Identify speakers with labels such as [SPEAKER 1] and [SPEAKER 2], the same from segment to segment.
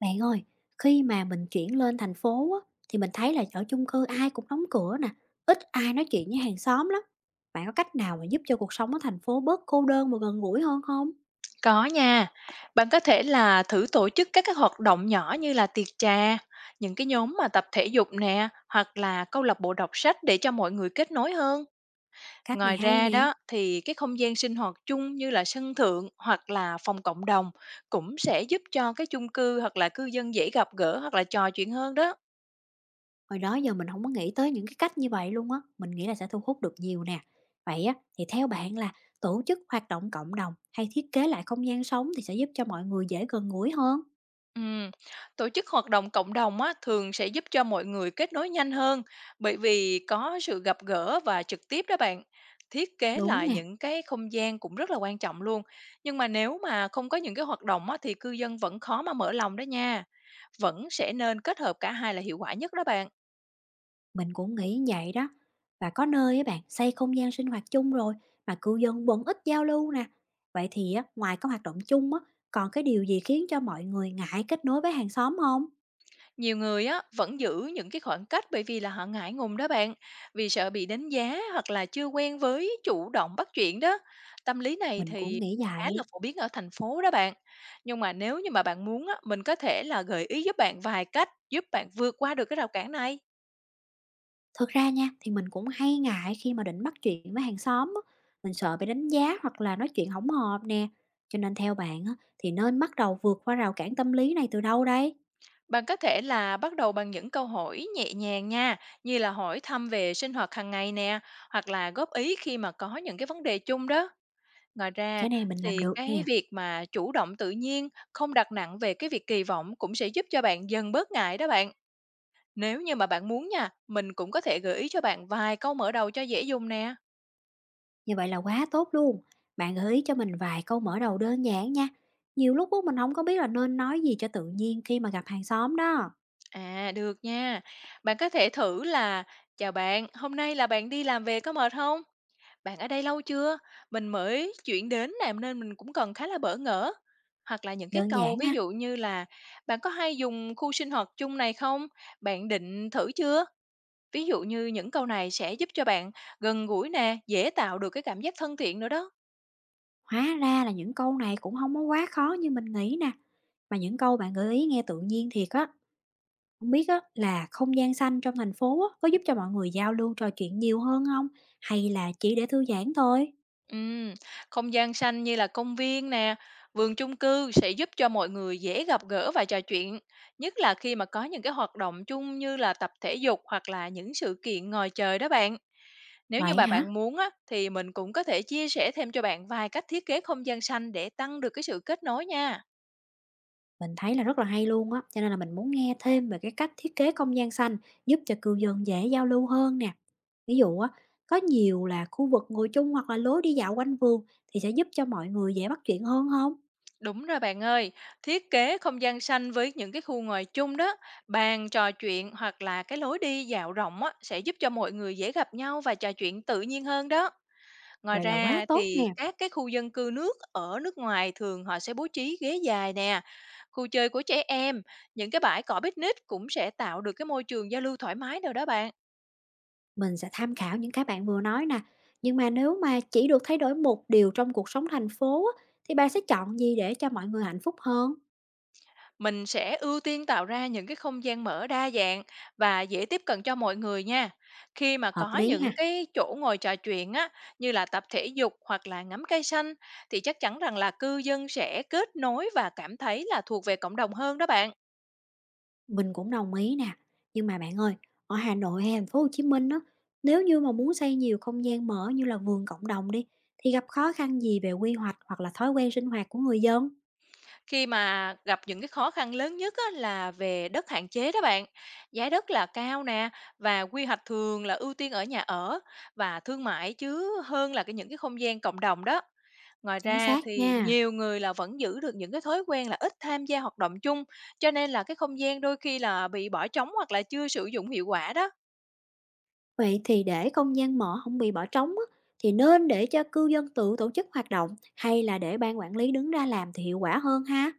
[SPEAKER 1] Bạn ơi, khi mà mình chuyển lên thành phố á, thì mình thấy là ở chung cư ai cũng đóng cửa nè, ít ai nói chuyện với hàng xóm lắm. Bạn có cách nào mà giúp cho cuộc sống ở thành phố bớt cô đơn và gần gũi hơn không?
[SPEAKER 2] Có nha, bạn có thể là thử tổ chức các cái hoạt động nhỏ như là tiệc trà, những cái nhóm mà tập thể dục nè, hoặc là câu lạc bộ đọc sách để cho mọi người kết nối hơn.
[SPEAKER 1] Cách này
[SPEAKER 2] Ngoài
[SPEAKER 1] hay
[SPEAKER 2] ra
[SPEAKER 1] nè,
[SPEAKER 2] đó thì cái không gian sinh hoạt chung như là sân thượng hoặc là phòng cộng đồng cũng sẽ giúp cho cái chung cư hoặc là cư dân dễ gặp gỡ hoặc là trò chuyện hơn đó.
[SPEAKER 1] hồi đó giờ mình không có nghĩ tới những cái cách như vậy luôn á, mình nghĩ là sẽ thu hút được nhiều nè. Vậy á, thì theo bạn là tổ chức hoạt động cộng đồng hay thiết kế lại không gian sống thì sẽ giúp cho mọi người dễ gần gũi hơn?
[SPEAKER 2] Ừm, tổ chức hoạt động cộng đồng á, thường sẽ giúp cho mọi người kết nối nhanh hơn bởi vì có sự gặp gỡ và trực tiếp đó bạn. Thiết kế
[SPEAKER 1] Đúng
[SPEAKER 2] lại
[SPEAKER 1] nè.
[SPEAKER 2] những cái không gian cũng rất là quan trọng luôn. Nhưng mà nếu mà không có những cái hoạt động á, thì cư dân vẫn khó mà mở lòng đó nha. Vẫn sẽ nên kết hợp cả hai là hiệu quả nhất đó bạn.
[SPEAKER 1] Mình cũng nghĩ vậy đó. Và có nơi á bạn xây không gian sinh hoạt chung rồi mà cư dân vẫn ít giao lưu nè. Vậy thì á, ngoài các hoạt động chung á, còn cái điều gì khiến cho mọi người ngại kết nối với hàng xóm không?
[SPEAKER 2] Nhiều người á vẫn giữ những cái khoảng cách bởi vì là họ ngại ngùng đó bạn, vì sợ bị đánh giá hoặc là chưa quen với chủ động bắt chuyện đó. Tâm lý này
[SPEAKER 1] Mình cũng
[SPEAKER 2] thì
[SPEAKER 1] nghĩ
[SPEAKER 2] khá là
[SPEAKER 1] vậy.
[SPEAKER 2] phổ biến ở thành phố đó bạn. Nhưng mà nếu như mà bạn muốn á, mình có thể là gợi ý giúp bạn vài cách giúp bạn vượt qua được cái rào cản này.
[SPEAKER 1] Thực ra nha, thì mình cũng hay ngại khi mà định bắt chuyện với hàng xóm á. Mình sợ bị đánh giá hoặc là nói chuyện hỏng hợp nè. Cho nên theo bạn á, thì nên bắt đầu vượt qua rào cản tâm lý này từ đâu đây?
[SPEAKER 2] Bạn có thể là bắt đầu bằng những câu hỏi nhẹ nhàng nha, như là hỏi thăm về sinh hoạt hàng ngày nè, hoặc là góp ý khi mà có những cái vấn đề chung đó. Ngoài ra
[SPEAKER 1] Cái này mình làm
[SPEAKER 2] thì
[SPEAKER 1] được
[SPEAKER 2] cái
[SPEAKER 1] nè.
[SPEAKER 2] việc mà chủ động tự nhiên, không đặt nặng về cái việc kỳ vọng cũng sẽ giúp cho bạn dần bớt ngại đó bạn. Nếu như mà bạn muốn nha, mình cũng có thể gợi ý cho bạn vài câu mở đầu cho dễ dùng nè.
[SPEAKER 1] Như vậy là quá tốt luôn. Bạn gợi ý cho mình vài câu mở đầu đơn giản nha. Nhiều lúc á, mình không có biết là nên nói gì cho tự nhiên khi mà gặp hàng xóm đó.
[SPEAKER 2] À, được nha. Bạn có thể thử là: chào bạn, hôm nay là bạn đi làm về có mệt không? Bạn ở đây lâu chưa? Mình mới chuyển đến nè nên mình cũng còn khá là bỡ ngỡ. Hoặc là những cái
[SPEAKER 1] Đơn
[SPEAKER 2] câu
[SPEAKER 1] giản
[SPEAKER 2] ví
[SPEAKER 1] ha.
[SPEAKER 2] dụ như là: bạn có hay dùng khu sinh hoạt chung này không? Bạn định thử chưa? Ví dụ như những câu này sẽ giúp cho bạn gần gũi nè, dễ tạo được cái cảm giác thân thiện nữa đó.
[SPEAKER 1] Hóa ra là những câu này cũng không có quá khó như mình nghĩ nè. Mà những câu bạn gợi ý nghe tự nhiên thiệt á. Không biết á, là không gian xanh trong thành phố á, có giúp cho mọi người giao lưu trò chuyện nhiều hơn không? Hay là chỉ để thư giãn thôi?
[SPEAKER 2] Ừm, không gian xanh như là công viên nè, vườn chung cư sẽ giúp cho mọi người dễ gặp gỡ và trò chuyện, nhất là khi mà có những cái hoạt động chung như là tập thể dục hoặc là những sự kiện ngoài trời đó bạn. Nếu như
[SPEAKER 1] Vậy
[SPEAKER 2] bà
[SPEAKER 1] hả?
[SPEAKER 2] bạn muốn á thì mình cũng có thể chia sẻ thêm cho bạn vài cách thiết kế không gian xanh để tăng được cái sự kết nối nha.
[SPEAKER 1] Mình thấy là rất là hay luôn á. Cho nên là mình muốn nghe thêm về cái cách thiết kế không gian xanh giúp cho cư dân dễ giao lưu hơn nè. Ví dụ á, có nhiều là khu vực ngồi chung hoặc là lối đi dạo quanh vườn thì sẽ giúp cho mọi người dễ bắt chuyện hơn không?
[SPEAKER 2] Đúng rồi bạn ơi, thiết kế không gian xanh với những cái khu ngồi chung đó, bàn trò chuyện hoặc là cái lối đi dạo rộng á, sẽ giúp cho mọi người dễ gặp nhau và trò chuyện tự nhiên hơn đó. Ngoài
[SPEAKER 1] Vậy là quá
[SPEAKER 2] ra
[SPEAKER 1] tốt
[SPEAKER 2] thì
[SPEAKER 1] nè.
[SPEAKER 2] các cái khu dân cư nước ở nước ngoài thường họ sẽ bố trí ghế dài nè, khu chơi của trẻ em, những cái bãi cỏ picnic cũng sẽ tạo được cái môi trường giao lưu thoải mái đâu đó bạn.
[SPEAKER 1] Mình sẽ tham khảo những cái bạn vừa nói nè. Nhưng mà nếu mà chỉ được thay đổi một điều trong cuộc sống thành phố á, thì bạn sẽ chọn gì để cho mọi người hạnh phúc hơn?
[SPEAKER 2] Mình sẽ ưu tiên tạo ra những cái không gian mở đa dạng và dễ tiếp cận cho mọi người nha. Khi mà
[SPEAKER 1] Hợp
[SPEAKER 2] có
[SPEAKER 1] lý ha.
[SPEAKER 2] những cái chỗ ngồi trò chuyện á, như là tập thể dục hoặc là ngắm cây xanh, thì chắc chắn rằng là cư dân sẽ kết nối và cảm thấy là thuộc về cộng đồng hơn đó bạn.
[SPEAKER 1] Mình cũng đồng ý nè. Nhưng mà bạn ơi, ở Hà Nội hay thành phố Hồ Chí Minh á, nếu như mà muốn xây nhiều không gian mở như là vườn cộng đồng đi, thì gặp khó khăn gì về quy hoạch hoặc là thói quen sinh hoạt của người dân?
[SPEAKER 2] Khi mà gặp những cái khó khăn lớn nhất á, là về đất hạn chế đó bạn. Giá đất là cao nè và quy hoạch thường là ưu tiên ở nhà ở và thương mại chứ hơn là cái những cái không gian cộng đồng đó. Ngoài
[SPEAKER 1] Chính
[SPEAKER 2] ra
[SPEAKER 1] xác
[SPEAKER 2] thì
[SPEAKER 1] nha.
[SPEAKER 2] nhiều người là vẫn giữ được những cái thói quen là ít tham gia hoạt động chung, cho nên là cái không gian đôi khi là bị bỏ trống hoặc là chưa sử dụng hiệu quả đó.
[SPEAKER 1] Vậy thì để không gian mỏ không bị bỏ trống á, thì nên để cho cư dân tự tổ chức hoạt động hay là để ban quản lý đứng ra làm thì hiệu quả hơn ha?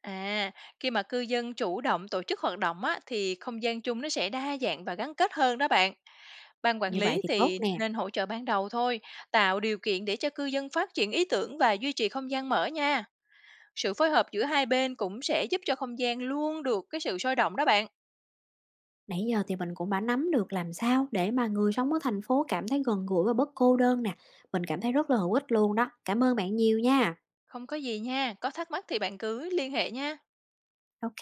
[SPEAKER 2] À, khi mà cư dân chủ động tổ chức hoạt động á, thì không gian chung nó sẽ đa dạng và gắn kết hơn đó bạn. Ban quản
[SPEAKER 1] Như vậy
[SPEAKER 2] lý
[SPEAKER 1] thì tốt
[SPEAKER 2] thì
[SPEAKER 1] nè.
[SPEAKER 2] nên hỗ trợ ban đầu thôi, tạo điều kiện để cho cư dân phát triển ý tưởng và duy trì không gian mở nha. Sự phối hợp giữa hai bên cũng sẽ giúp cho không gian luôn được cái sự sôi động đó bạn.
[SPEAKER 1] Nãy giờ thì mình cũng đã nắm được làm sao để mà người sống ở thành phố cảm thấy gần gũi và bớt cô đơn nè. Mình cảm thấy rất là hữu ích luôn đó. Cảm ơn bạn nhiều nha.
[SPEAKER 2] Không có gì nha, có thắc mắc thì bạn cứ liên hệ nha.
[SPEAKER 1] OK.